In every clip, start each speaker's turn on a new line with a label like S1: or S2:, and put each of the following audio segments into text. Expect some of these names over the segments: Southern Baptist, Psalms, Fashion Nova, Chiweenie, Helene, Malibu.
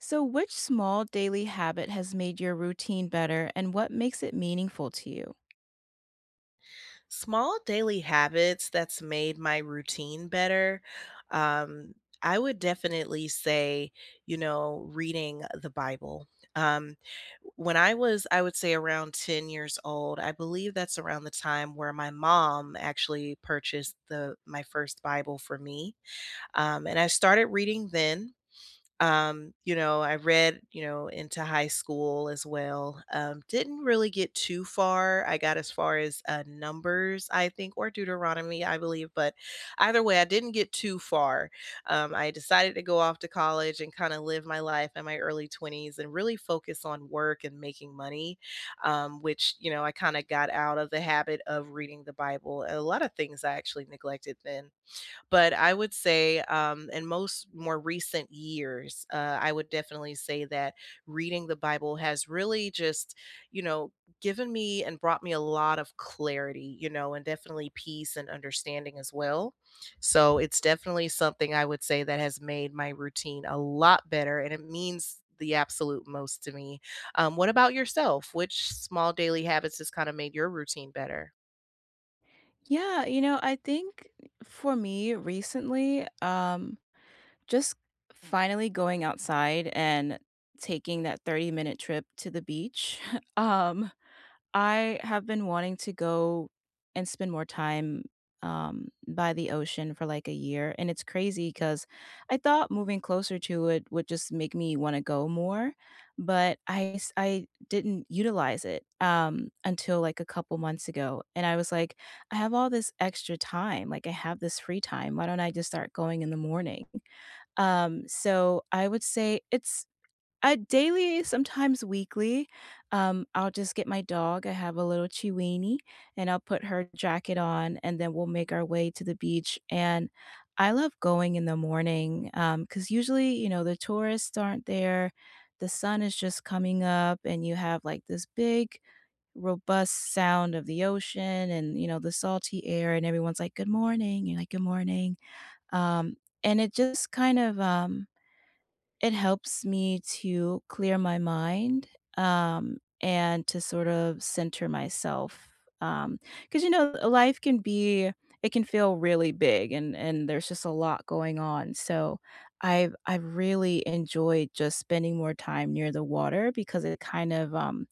S1: So, which small daily habit has made your routine better and what makes it meaningful to you?
S2: Small daily habits that's made my routine better. Um, I would definitely say, you know, reading the Bible. Um, when I was, I would say around 10 years old, I believe that's around the time where my mom actually purchased the my first Bible for me. And I started reading then. You know, I read, you know, into high school as well. Didn't really get too far. I got as far as numbers, I think, or Deuteronomy, I believe. But either way, I didn't get too far. I decided to go off to college and kind of live my life in my early 20s and really focus on work and making money, which, you know, I kind of got out of the habit of reading the Bible. A lot of things I actually neglected then, but I would say, in most more recent years, I would definitely say that reading the Bible has really just, you know, given me and brought me a lot of clarity, you know, and definitely peace and understanding as well. So it's definitely something I would say that has made my routine a lot better, and it means the absolute most to me. What about yourself? Which small daily habits has kind of made your routine better?
S1: Yeah, you know, I think for me recently, just finally going outside and taking that 30-minute trip to the beach. um, I have been wanting to go and spend more time, by the ocean for, like, a year, and it's crazy because I thought moving closer to it would just make me wanna go more, but I didn't utilize it, until, like, a couple months ago, and I was like, "I have all this extra time, like, I have this free time, why don't I just start going in the morning?" So I would say it's daily, sometimes weekly, I'll just get my dog. I have a little Chiweenie, and I'll put her jacket on, and then we'll make our way to the beach. And I love going in the morning because usually, you know, the tourists aren't there. The sun is just coming up, and you have like this big, robust sound of the ocean, and you know, the salty air, and everyone's like, "Good morning," you're like, "Good morning." Um and it just kind of it helps me to clear my mind, and to sort of center myself, because you know, life can be it can feel really big, and there's just a lot going on, so I've really enjoyed just spending more time near the water because it kind of,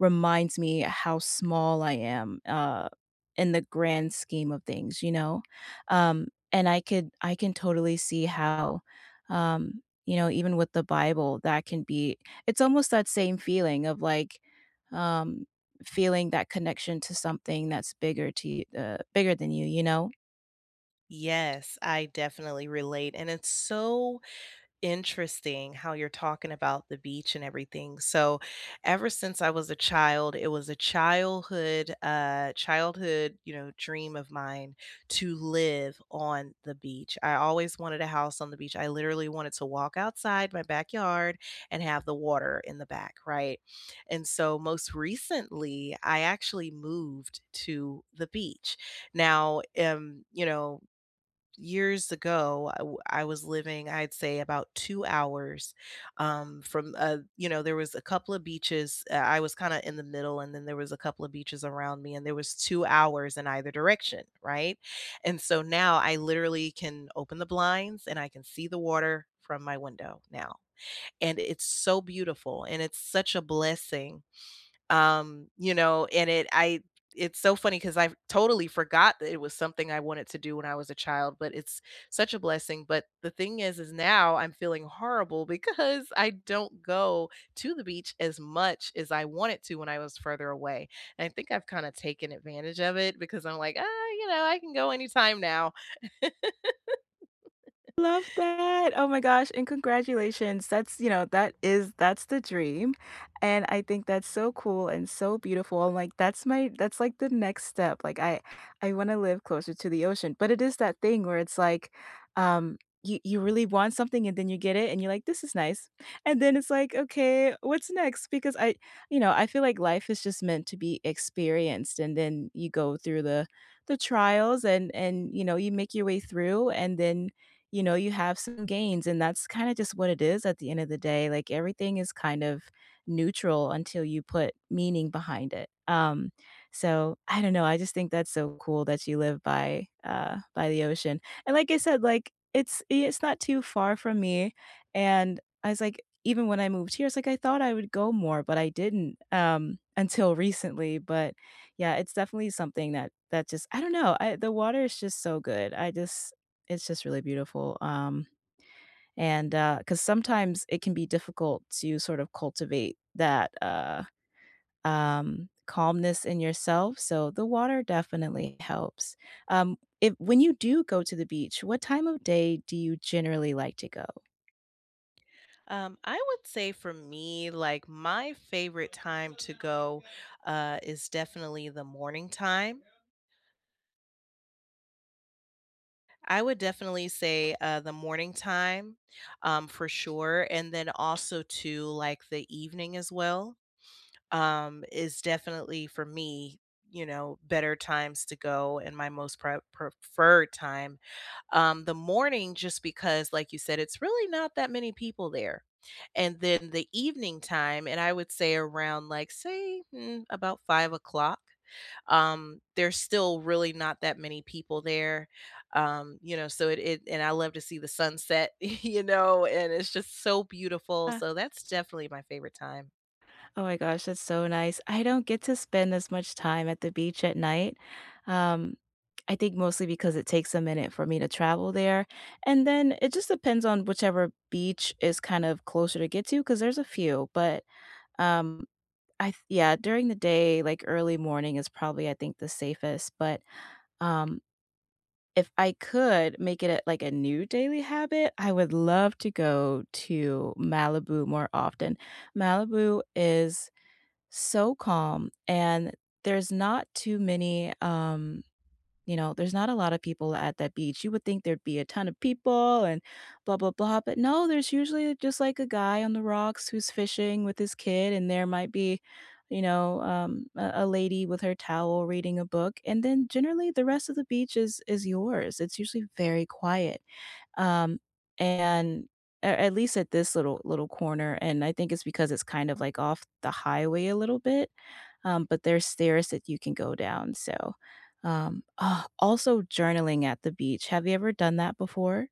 S1: reminds me how small I am, in the grand scheme of things, you know? And I can totally see how, um you know, even with the Bible, that can be it's almost that same feeling of, like, um, feeling that connection to something that's bigger to you bigger than you, you know?
S2: Yes, I definitely relate. And it's so interesting how you're talking about the beach and everything. So, ever since I was a child, it was a childhood, you know, dream of mine to live on the beach. I always wanted a house on the beach. I literally wanted to walk outside my backyard and have the water in the back, right? And so, most recently, I actually moved to the beach now. You know, years ago I was living, I'd say about 2 hours from you know, there was a couple of beaches. I was kind of in the middle, and then there was a couple of beaches around me, and there was 2 hours in either direction, right? And so now I literally can open the blinds and I can see the water from my window now, and it's so beautiful and it's such a blessing. You know, and it I it's so funny because I totally forgot that it was something I wanted to do when I was a child, but it's such a blessing. But the thing is now I'm feeling horrible because I don't go to the beach as much as I wanted to when I was further away, and I think I've kinda taken advantage of it because I'm like, "Ah, you know, I can go anytime now."
S1: Love that. Oh my gosh, and congratulations. That's, you know, that's the dream, and I think that's so cool and so beautiful, and, like, that's, like, the next step, like, I wanna live closer to the ocean, but it is that thing where it's like, um, you really want something and then you get it and you're like, "This is nice," and then it's like, "Okay, what's next?" Because I You know, I feel like life is just meant to be experienced, and then you go through the trials and, you know, you make your way through, and then you know, you have some gains, and that's kind of just what it is at the end of the day. Like everything is kind of neutral until you put meaning behind it. So I don't know. I just think that's so cool that you live by the ocean. And like I said, like it's not too far from me. And I was like, even when I moved here, it's like I thought I would go more, but I didn't until recently. But yeah, it's definitely something that just I don't know. I The water is just so good. I just it's just really beautiful, because sometimes it can be difficult to sort of cultivate that, calmness in yourself, so the water definitely helps. If When you do go to the beach, what time of day do you generally like to go?
S2: I would say for me, like, my favorite time to go, is definitely the morning time. I would definitely say, the morning time, for sure, and then also to, like, the evening as well, is definitely for me, you know, better times to go, and my most preferred time, the morning, just because, like you said, it's really not that many people there. And then the evening time, and I would say around, like, say about 5 o'clock, there's still really not that many people there. You know, so it, and I love to see the sunset you know, and it's just so beautiful, so that's definitely my favorite time.
S1: Oh my gosh, that's so nice. I don't get to spend as much time at the beach at night. Um, I think mostly because it takes a minute for me to travel there. And then it just depends on whichever beach is kind of closer to get to because there's a few. But um, yeah, during the day, like early morning is probably, I think, the safest. But um, if I could make it a, like a new daily habit, I would love to go to Malibu more often. Malibu is so calm, and there's not too many you know, there's not a lot of people at that beach. You would think there'd be a ton of people and blah blah blah, but no, there's usually just like a guy on the rocks who's fishing with his kid, and there might be you know a lady with her towel reading a book, and then generally the rest of the beach is yours. It's usually very quiet, um, and at least at this little corner, and I think it's because it's kind of, like, off the highway a little bit, but there's stairs that you can go down, so, also journaling at the beach. Have you ever done that before?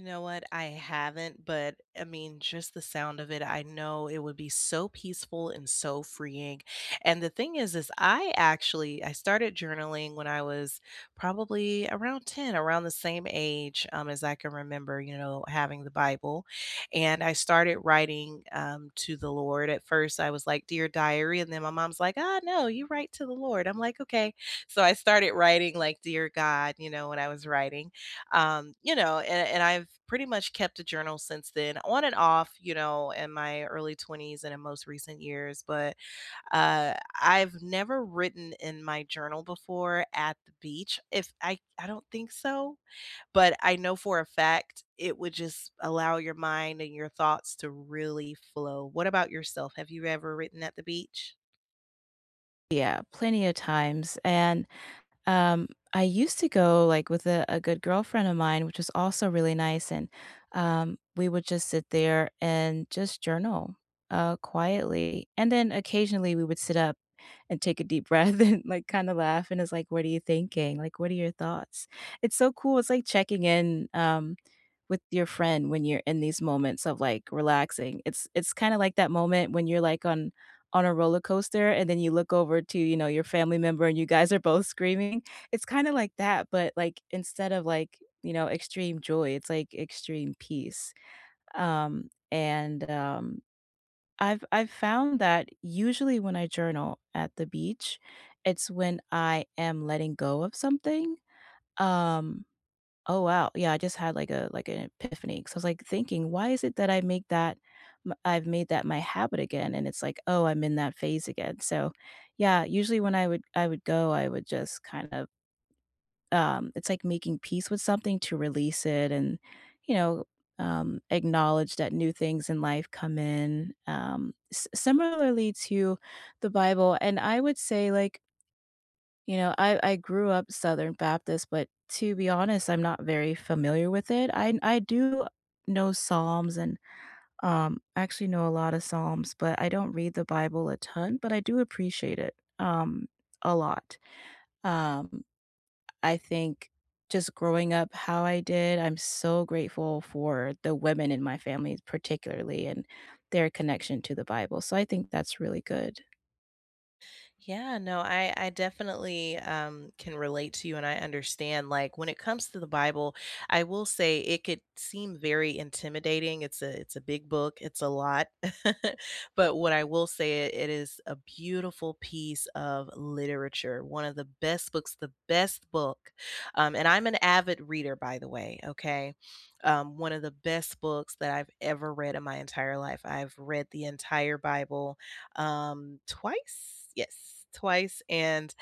S2: You know what? I haven't, but I mean, just the sound of it, I know it would be so peaceful and so freeing. And the thing is I actually I started journaling when I was probably around 10, around the same age, as I can remember, you know, having the Bible. And I started writing to the Lord. At first, I was like, "Dear Diary." And then my mom's like, "Ah, no, you write to the Lord." I'm like, "Okay." So I started writing like, "Dear God," you know, when I was writing, you know, and I've pretty much kept a journal since then, on and off, you know, in my early 20s and in most recent years. But uh, I've never written in my journal before at the beach. If I, I don't think so, but I know for a fact it would just allow your mind and your thoughts to really flow. What about yourself? Have you ever written at the beach?
S1: Yeah, plenty of times, and Um, I used to go, like, with a good girlfriend of mine, which was also really nice, and we would just sit there and just journal, quietly, and then occasionally we would sit up and take a deep breath and, like, kinda laugh, and it's like, "What are you thinking?" Like, "What are your thoughts?" It's so cool, it's like checking in, with your friend when you're in these moments of, like, relaxing? It's kinda like that moment when you're, like, on a roller coaster, and then you look over to, you know, your family member, and you guys are both screaming. It's kinda like that, but, like, instead of, like, you know, extreme joy, it's, like, extreme peace. And, I've found that usually when I journal at the beach, it's when I am letting go of something. Um Oh, wow. Yeah, I just had like a like an epiphany. Epiphany 'cause I was like thinking, why is it that I make that m I've made that my habit again? And it's like, oh, I'm in that phase again. So, yeah, usually when I would go, I would just kind of, it's like making peace with something to release it and, you know, acknowledge that new things in life come in. S Similarly to the Bible, and I would say like you know, I grew up Southern Baptist, but to be honest, I'm not very familiar with it. I do know Psalms and, actually know a lot of Psalms, but I don't read the Bible a ton, but I do appreciate it, a lot. Um, I think just growing up how I did, I'm so grateful for the women in my family particularly and their connection to the Bible, so I think that's really good.
S2: Yeah, no, I definitely can relate to you, and I understand, like, when it comes to the Bible, I will say it could seem very intimidating. It's a big book, it's a lot. But what I will say, it is a beautiful piece of literature, one of the best books, the best book. And I'm an avid reader, by the way, okay? One of the best books that I've ever read in my entire life. I've read the entire Bible twice. Yes, twice. And,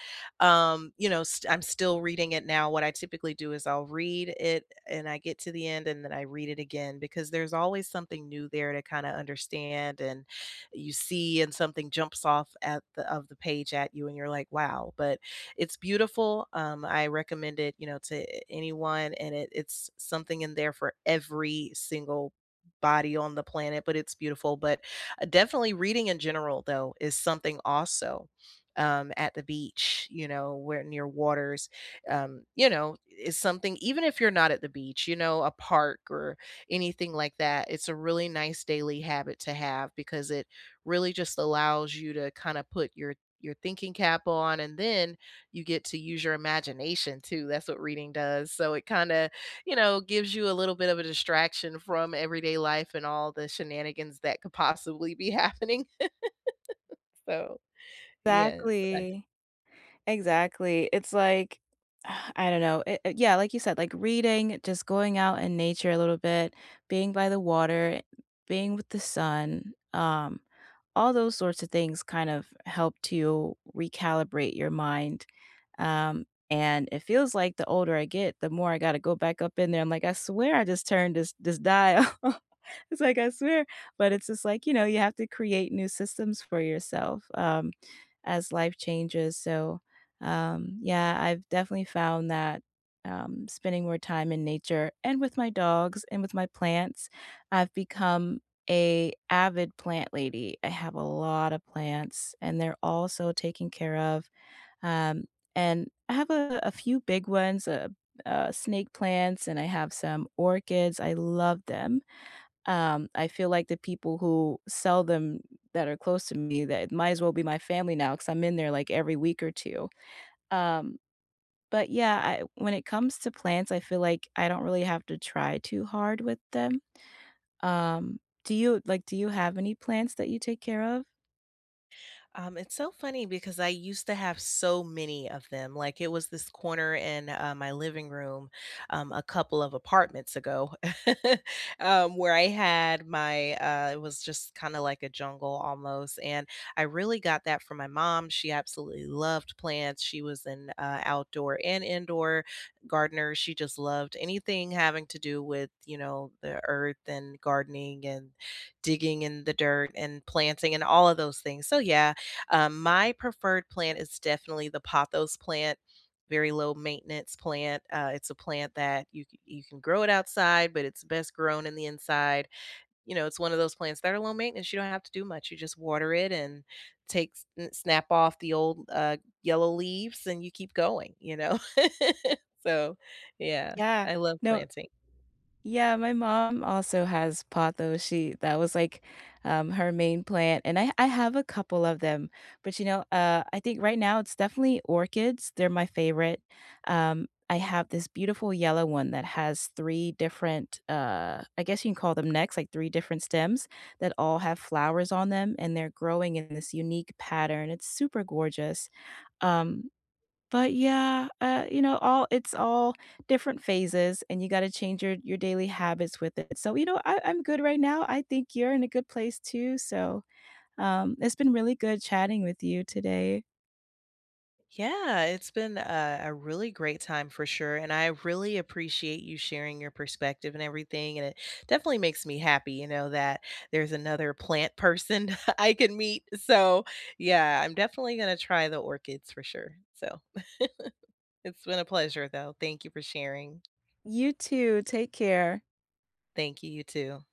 S2: you know, I'm still reading it now. What I typically do is I'll read it and I get to the end, and then I read it again, because there's always something new there to kind of understand. And you see and something jumps off at the of the page at you and you're like, wow. But it's beautiful. I recommend it, you know, to anyone, and it's something in there for every single body on the planet. But it's beautiful. But definitely reading in general though is something also, at the beach, you know, where near waters, you know, is something. Even if you're not at the beach, you know, a park or anything like that, it's a really nice daily habit to have, because it really just allows you to kind of put your thinking cap on, and then you get to use your imagination too. That's what reading does, so it kind of, you know, gives you a little bit of a distraction from everyday life and all the shenanigans that could possibly be happening. So, yes.
S1: Exactly. Exactly. It's like, I don't know. Yeah, like you said, like reading, just going out in nature a little bit, being by the water, being with the sun. All those sorts of things kind of help to recalibrate your mind. And it feels like the older I get, the more I gotta go back up in there. I'm like, I swear I just turned this dial. It's like I swear. But it's just like, you know, you have to create new systems for yourself as life changes. So, yeah, I've definitely found that spending more time in nature and with my dogs and with my plants, I've become a avid plant lady. I have a lot of plants, and they're all so taken care of, um, and I have a few big ones, snake plants, and I have some orchids. I love them. I feel like the people who sell them that are close to me, that it might as well be my family now, because 'cause I'm in there, like, every week or two. Um, but yeah, I when it comes to plants, I feel like I don't really have to try too hard with them. Do you like, do you have any plants that you take care of?
S2: It's so funny because I used to have so many of them. Like, it was this corner in my living room, a couple of apartments ago, where I had my, it was just kind of like a jungle almost. And I really got that from my mom. She absolutely loved plants. She was an outdoor and indoor gardener. She just loved anything having to do with, you know, the earth and gardening and digging in the dirt and planting and all of those things. So, yeah, my preferred plant is definitely the pothos plant, very low maintenance plant. It's a plant that you can grow it outside, but it's best grown in the inside. You know, it's one of those plants that are low maintenance. You don't have to do much. You just water it and take snap off the old yellow leaves, and you keep going. You know, so yeah,
S1: Yeah.
S2: I love
S1: No,
S2: planting.
S1: yeah, my mom also has pothos, she that was, like, her main plant, and I have a couple of them, but, you know, I think right now it's definitely orchids, they're my favorite. I have this beautiful yellow one that has three different, I guess you can call them necks, like three different stems that all have flowers on them, and they're growing in this unique pattern, it's super gorgeous. Um But yeah, you know, all it's all different phases, and you gotta change your daily habits with it. So, you know, I'm good right now. I think you're in a good place too. So, it's been really good chatting with you today.
S2: Yeah, it's been a really great time for sure. And I really appreciate you sharing your perspective and everything. And it definitely makes me happy, you know, that there's another plant person I can meet. So, yeah, I'm definitely going to try the orchids for sure. So, it's been a pleasure, though. Thank you for sharing.
S1: You too. Take care.
S2: Thank you, you too.